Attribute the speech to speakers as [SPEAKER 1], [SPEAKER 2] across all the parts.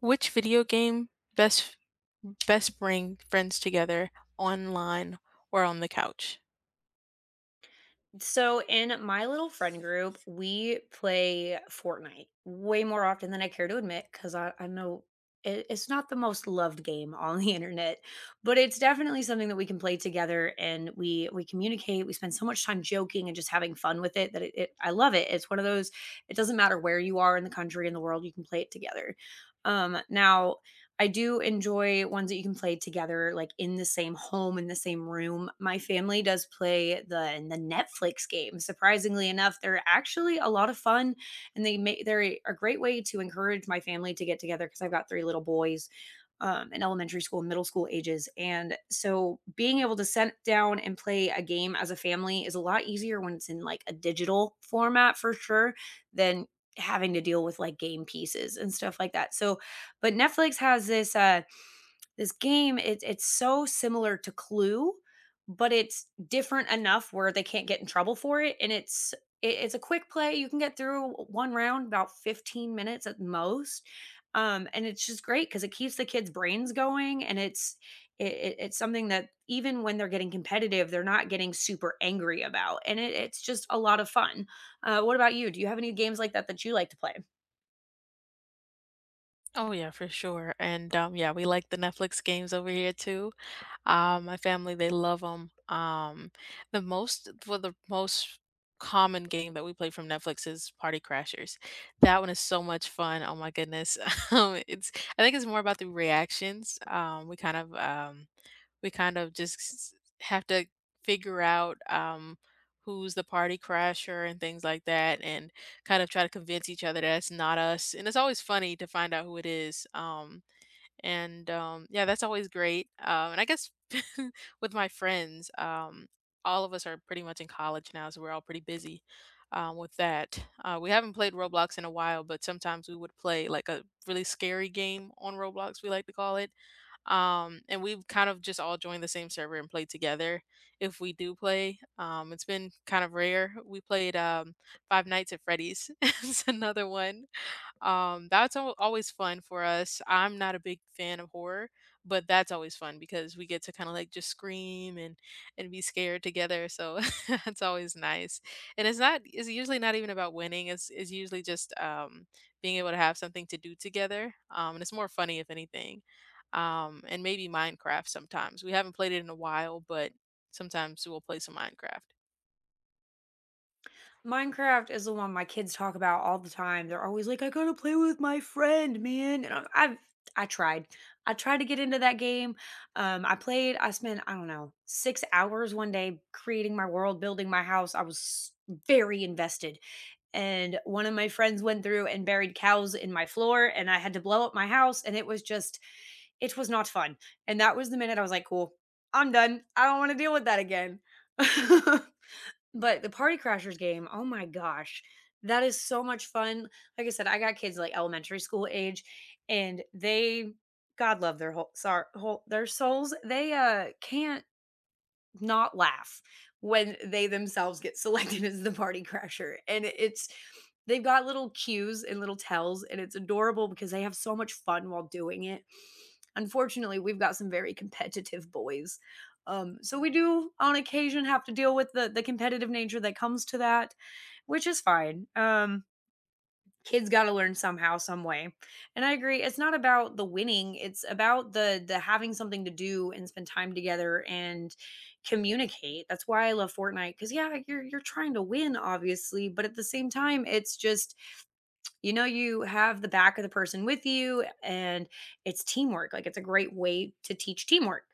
[SPEAKER 1] Which video game best best bring friends together online or on the couch?
[SPEAKER 2] So in my little friend group, we play Fortnite way more often than I care to admit because I know it's not the most loved game on the internet, but it's definitely something that we can play together and we communicate. We spend so much time joking and just having fun with it that it I love it. It's one of those. It doesn't matter where you are in the country in the world, you can play it together. Now I do enjoy ones that you can play together, like in the same home, in the same room. My family does play the Netflix game. Surprisingly enough, they're actually a lot of fun, and they're a great way to encourage my family to get together because I've got three little boys in elementary school and middle school ages, and so being able to sit down and play a game as a family is a lot easier when it's in like a digital format for sure than having to deal with like game pieces and stuff like that. So but Netflix has this this game, it's so similar to Clue, but it's different enough where they can't get in trouble for it. And it's a quick play. You can get through one round about 15 minutes at most. And it's just great because it keeps the kids' brains going and it's something that even when they're getting competitive, they're not getting super angry about. And it's just a lot of fun. What about you? Do you have any games like that that you like to play?
[SPEAKER 1] Oh yeah, for sure. And yeah, we like the Netflix games over here too. My family they love them. The most common game that we play from Netflix is Party Crashers. That one is so much fun. Oh my goodness. It's I think it's more about the reactions. We kind of just have to figure out who's the party crasher and things like that, and kind of try to convince each other that it's not us. And it's always funny to find out who it is. And yeah, that's always great. And I guess with my friends, all of us are pretty much in college now, so we're all pretty busy. With that, we haven't played Roblox in a while, but sometimes we would play like a really scary game on Roblox, we like to call it, and we've kind of just all joined the same server and played together if we do play. It's been kind of rare. We played Five Nights at Freddy's. It's another one. That's al always fun for us. I'm not a big fan of horror, but that's always fun because we get to kinda, like, just scream and be scared together, so that's always nice. And it's usually not even about winning, it's usually just being able to have something to do together, and it's more funny if anything. And maybe Minecraft sometimes. We haven't played it in a while, but sometimes we'll play some Minecraft.
[SPEAKER 2] Minecraft is the one my kids talk about all the time. They're always like, "I gotta play with my friend, man." And I tried. I tried to get into that game. I played. I spent I don't know 6 hours one day creating my world, building my house. Very invested. And one of my friends went through and buried cows in my floor, and I had to blow up my house. And it was just, it was not fun. And that was the minute I was like, "Cool, I'm done. I don't want to deal with that again." But the Party Crashers game, oh my gosh, that is so much fun. Like I said, I got kids like elementary school age, and God love their whole their souls. They can't not laugh when they themselves get selected as the party crasher. And it's they've got little cues and little tells and it's adorable because they have so much fun while doing it. Unfortunately, we've got some very competitive boys. So we do on occasion have to deal with the competitive nature that comes to that, which is fine. Kids got to learn somehow some way, and I agree, it's not about the winning, it's about the having something to do and spend time together and communicate. That's why I love Fortnite, because yeah, you're trying to win obviously, but at the same time it's just you know you have the back of the person with you, and it's teamwork. Like it's a great way to teach teamwork.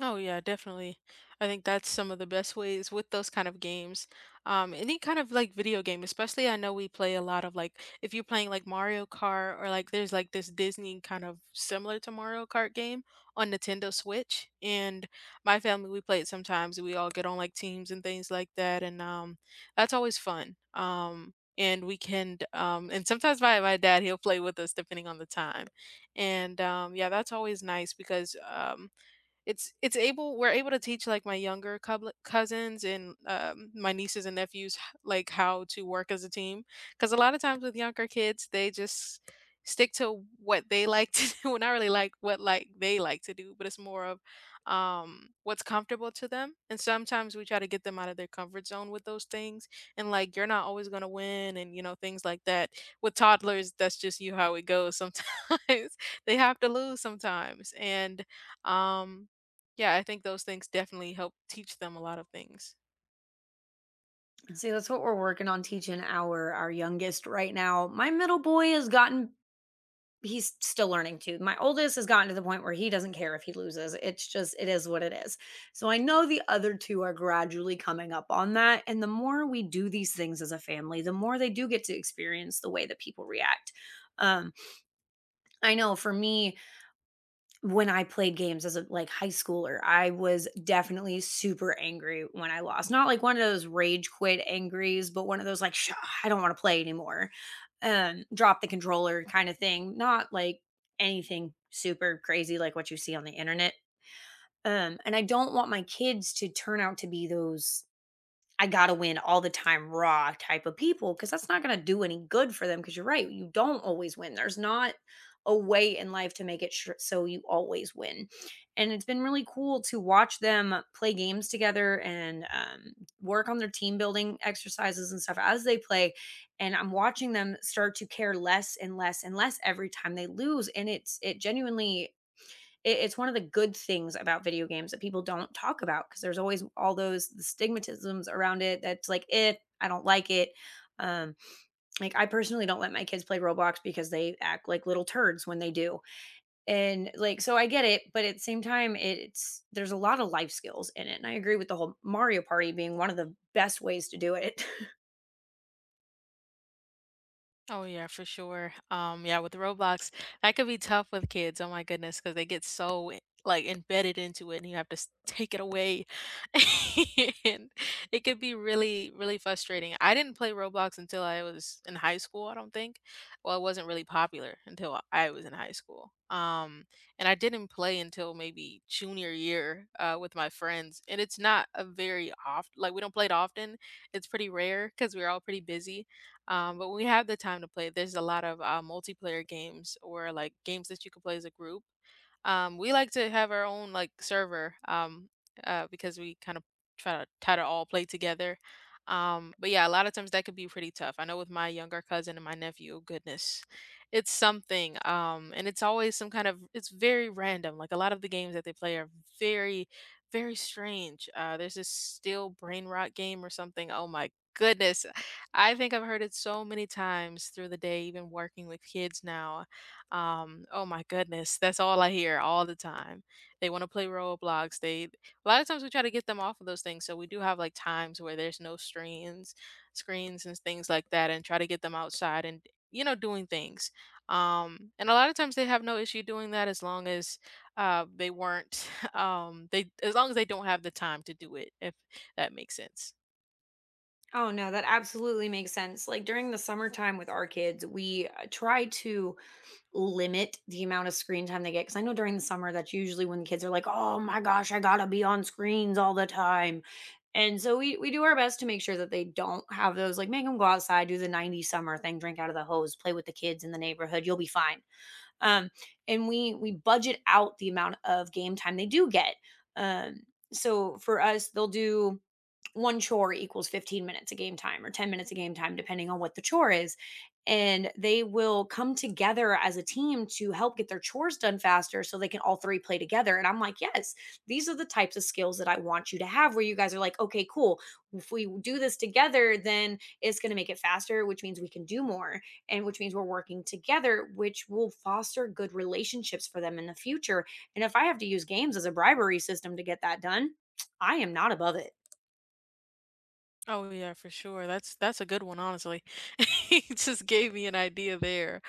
[SPEAKER 1] Oh yeah, definitely. I think that's some of the best ways with those kind of games. Any kind of like video game, especially I know we play a lot of like if you're playing like Mario Kart or like there's like this Disney kind of similar to Mario Kart game on Nintendo Switch. And my family we play it sometimes. We all get on like teams and things like that, and that's always fun. And we can and sometimes my dad he'll play with us depending on the time, and yeah, that's always nice because it's able we're able to teach like my younger cubl cousins and my nieces and nephews, h like, how to work as a team because a lot of times with younger kids, they just stick to what they like to do, well, not really like what, like, they like to do, but it's more of what's comfortable to them, and sometimes we try to get them out of their comfort zone with those things, and, like, "You're not always gonna win," and, you know, things like that. With toddlers, that's just you how it goes sometimes. They have to lose sometimes, and, um yeah, I think those things definitely help teach them a lot of things.
[SPEAKER 2] See, that's what we're working on teaching our youngest right now. My middle boy has gotten, he's still learning too. My oldest has gotten to the point where he doesn't care if he loses. It's just it is what it is. So I know the other two are gradually coming up on that, and the more we do these things as a family, the more they do get to experience the way that people react. Um I know for me when I played games as a, like, high schooler, I was definitely super angry when I lost. Not like one of those rage quit angries, but one of those like, "Sh I don't wanna play anymore," drop the controller kinda thing, not like anything super crazy like what you see on the internet, and I don't want my kids to turn out to be those I gotta win all the time raw type of people because that's not gonna do any good for them. Because you're right, you don't always win. There's not a way in life to make it sure so you always win. And it's been really cool to watch them play games together and work on their team building exercises and stuff as they play. And I'm watching them start to care less and less and less every time they lose. And it genuinely it's one of the good things about video games that people don't talk about because there's always all those the stigmatisms around it that's like eh, I don't like it. um like I personally don't let my kids play Roblox because they act like little turds when they do, and like, so I get it, but at the same time it's there's a lot of life skills in it, and I agree with the whole Mario Party being one of the best ways to do it.
[SPEAKER 1] Oh yeah, for sure. Yeah, with Roblox, that could be tough with kids. Oh my goodness, because they get so like embedded into it, and you have to take it away, and it could be really, really frustrating. I didn't play Roblox until I was in high school. I don't think. Well, it wasn't really popular until I was in high school. And I didn't play until maybe junior year with my friends, and it's not a very oft like we don't play it often. It's pretty rare because we're all pretty busy, but when we have the time to play, there's a lot of multiplayer games or like games that you can play as a group. We like to have our own like server because we kind of try to all play together. But yeah, a lot of times that could be pretty tough. I know with my younger cousin and my nephew, goodness, it's something. And it's always some kind of it's very random. Like a lot of the games that they play are very, very strange. There's this still brain rot game or something. Oh my goodness, I think I've heard it so many times through the day, even working with kids now. Oh my goodness, that's all I hear all the time. They want to play Roblox. They a lot of times we try to get them off of those things. So we do have like times where there's no screens and things like that, and try to get them outside and you know doing things. And a lot of times they have no issue doing that as long as they weren't they as long as they don't have the time to do it, if that makes sense.
[SPEAKER 2] Oh no, that absolutely makes sense. Like during the summertime with our kids we try to limit the amount of screen time they get, because I know during the summer that's usually when the kids are like, "Oh my gosh, I gotta be on screens all the time," and so we do our best to make sure that they don't have those. Like, make them go outside, do the '90s summer thing, drink out of the hose, play with the kids in the neighborhood. You'll be fine. Um, and we budget out the amount of game time they do get. Um, so for us, they'll do one chore equals 15 minutes a game time or 10 minutes a game time, depending on what the chore is. And they will come together as a team to help get their chores done faster so they can all three play together. And I'm like, yes, these are the types of skills that I want you to have where you guys are like, okay, cool. If we do this together, then it's going to make it faster, which means we can do more, and which means we're working together, which will foster good relationships for them in the future. And if I have to use games as a bribery system to get that done, I am not above it.
[SPEAKER 1] Oh yeah, for sure. That's a good one, honestly. He just gave me an idea there,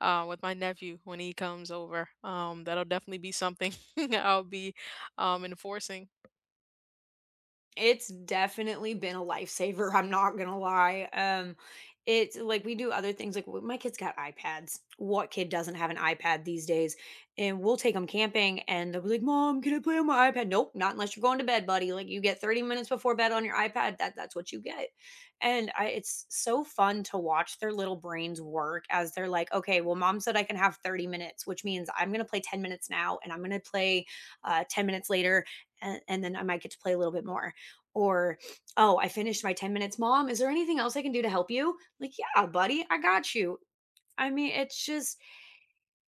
[SPEAKER 1] uh, with my nephew when he comes over. That'll definitely be something I'll be enforcing.
[SPEAKER 2] It's definitely been a lifesaver, I'm not gonna lie, it's like, we do other things, like, w my kids got iPads. What kid doesn't have an iPad these days? And we'll take them camping, and they'll be like, "Mom, can I play on my iPad?" "Nope, not unless you're going to bed, buddy, like, you get 30 minutes before bed on your iPad, that that's what you get." And I it's so fun to watch their little brains work as they're like, "Okay, well, mom said I can have 30 minutes, which means I'm gonna play 10 minutes now, and I'm gonna play, 10 minutes later, and then I might get to play a little bit more." Or, "Oh, I finished my 10 minutes, mom. Is there anything else I can do to help you?" Like, "Yeah, buddy, I got you." I mean, it's just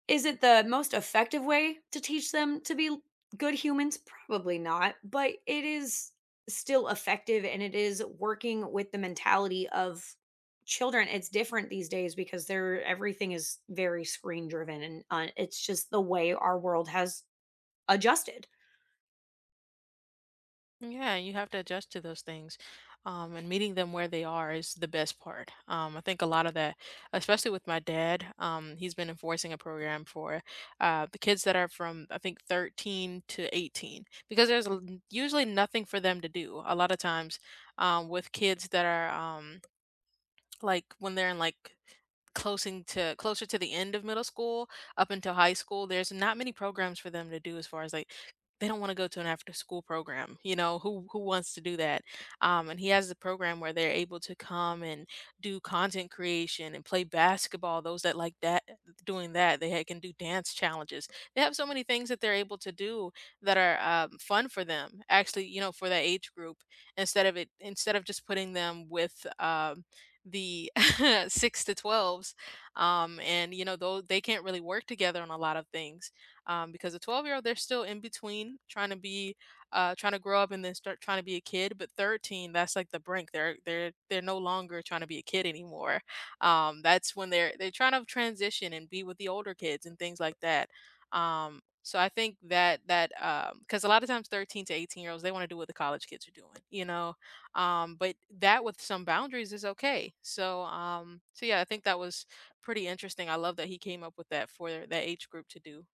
[SPEAKER 2] is it the most effective way to teach them to be good humans? Probably not, but it is still effective, and it is working with the mentality of children. It's different these days because they're everything is very screen driven, and it's just the way our world has adjusted.
[SPEAKER 1] Yeah, you have to adjust to those things. And meeting them where they are is the best part. I think a lot of that, especially with my dad, he's been enforcing a program for the kids that are from, I think, 13 to 18, because usually nothing for them to do. A lot of times with kids that are, um, like when they're in like closing to closer to the end of middle school up until high school there's not many programs for them to do as far as like they don't want to go to an after school program. You know, who wants to do that? And he has a program where they're able to come and do content creation and play basketball, those that like that doing that they can do dance challenges. They have so many things that they're able to do that are fun for them actually, you know, for that age group instead of it instead of just putting them with the six to twelves. And, you know, though they can't really work together on a lot of things because a 12-year-old, they're still in between trying to be, trying to grow up and then start trying to be a kid. But 13, that's like the brink. They're no longer trying to be a kid anymore. That's when they're trying to transition and be with the older kids and things like that. So I think that because a lot of times 13 to 18 year olds they want to do what the college kids are doing, you know, but that with some boundaries is okay. So yeah, I think that was pretty interesting. I love that he came up with that for that age group to do.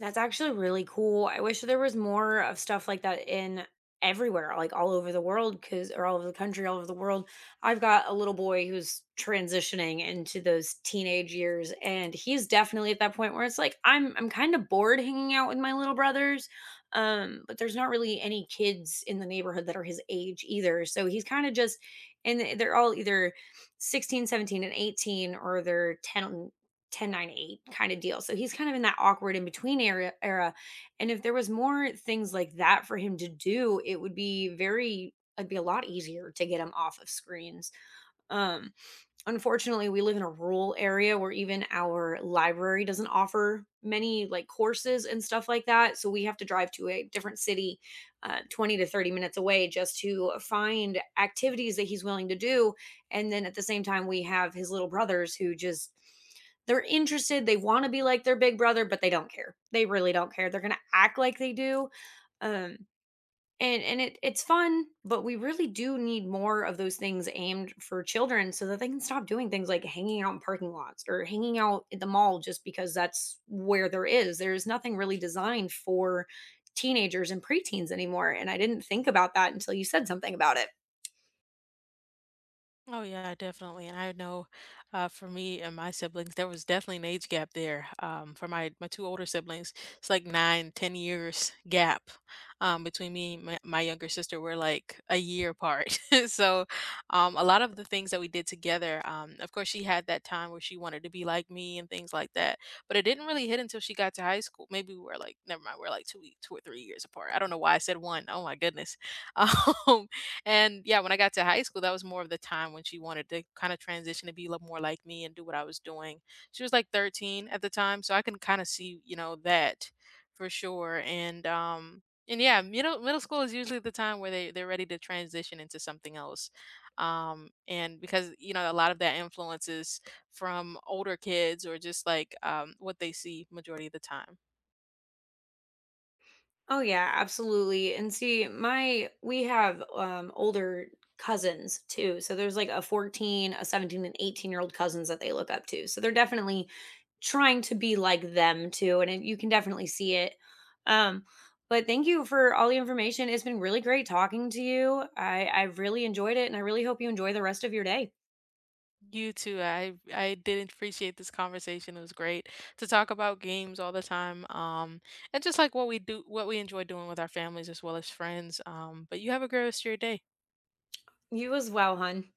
[SPEAKER 2] That's actually really cool. I wish there was more of stuff like that in everywhere, like all over the world, because or all over the country, all over the world. I've got a little boy who's transitioning into those teenage years, and he's definitely at that point where it's like I'm kind of bored hanging out with my little brothers, but there's not really any kids in the neighborhood that are his age either. So he's kind of just, and they're all either 16, 17, and 18, or they're 10, 10 8 kind of deal. So he's kind of in that awkward in between era, and if there was more things like that for him to do, it would be very it'd be a lot easier to get him off of screens. um Unfortunately, we live in a rural area where even our library doesn't offer many like courses and stuff like that. So we have to drive to a different city, 20 to 30 minutes away, just to find activities that he's willing to do. And then at the same time, we have his little brothers who just they're interested. They want to be like their big brother, but they don't care. They really don't care. They're going to act like they do. Um, and it's fun, but we really do need more of those things aimed for children so that they can stop doing things like hanging out in parking lots or hanging out at the mall just because that's where there is. There is nothing really designed for teenagers and preteens anymore, and I didn't think about that until you said something about it.
[SPEAKER 1] Oh yeah, definitely. And I know, for me and my siblings, there was definitely an age gap there. For my two older siblings, it's like nine, 10 years gap between me and my younger sister. We're like a year apart. So a lot of the things that we did together, of course, she had that time where she wanted to be like me and things like that. But it didn't really hit until she got to high school. Maybe we were like, never mind, we're like 2 or 3 years apart. I don't know why I said one. Oh my goodness. Um, and yeah, when I got to high school, that was more of the time when she wanted to kind of transition to be a little more like me and do what I was doing. She was like 13 at the time, so I can kind of see, you know, that for sure. And and yeah, middle school is usually the time where they're ready to transition into something else. And because you know a lot of that influences from older kids or just like what they see majority of the time.
[SPEAKER 2] Oh yeah, absolutely. And see, my we have older cousins too. So there's like a 14, a 17 and 18 year old cousins that they look up to. So they're definitely trying to be like them too, and you can definitely see it. Um but thank you for all the information. It's been really great talking to you. I really enjoyed it, and I really hope you enjoy the rest of your day.
[SPEAKER 1] You too. I did appreciate this conversation. It was great to talk about games all the time. And just like what we do, what we enjoy doing with our families as well as friends. But you have a great rest of your day.
[SPEAKER 2] You as well, hun.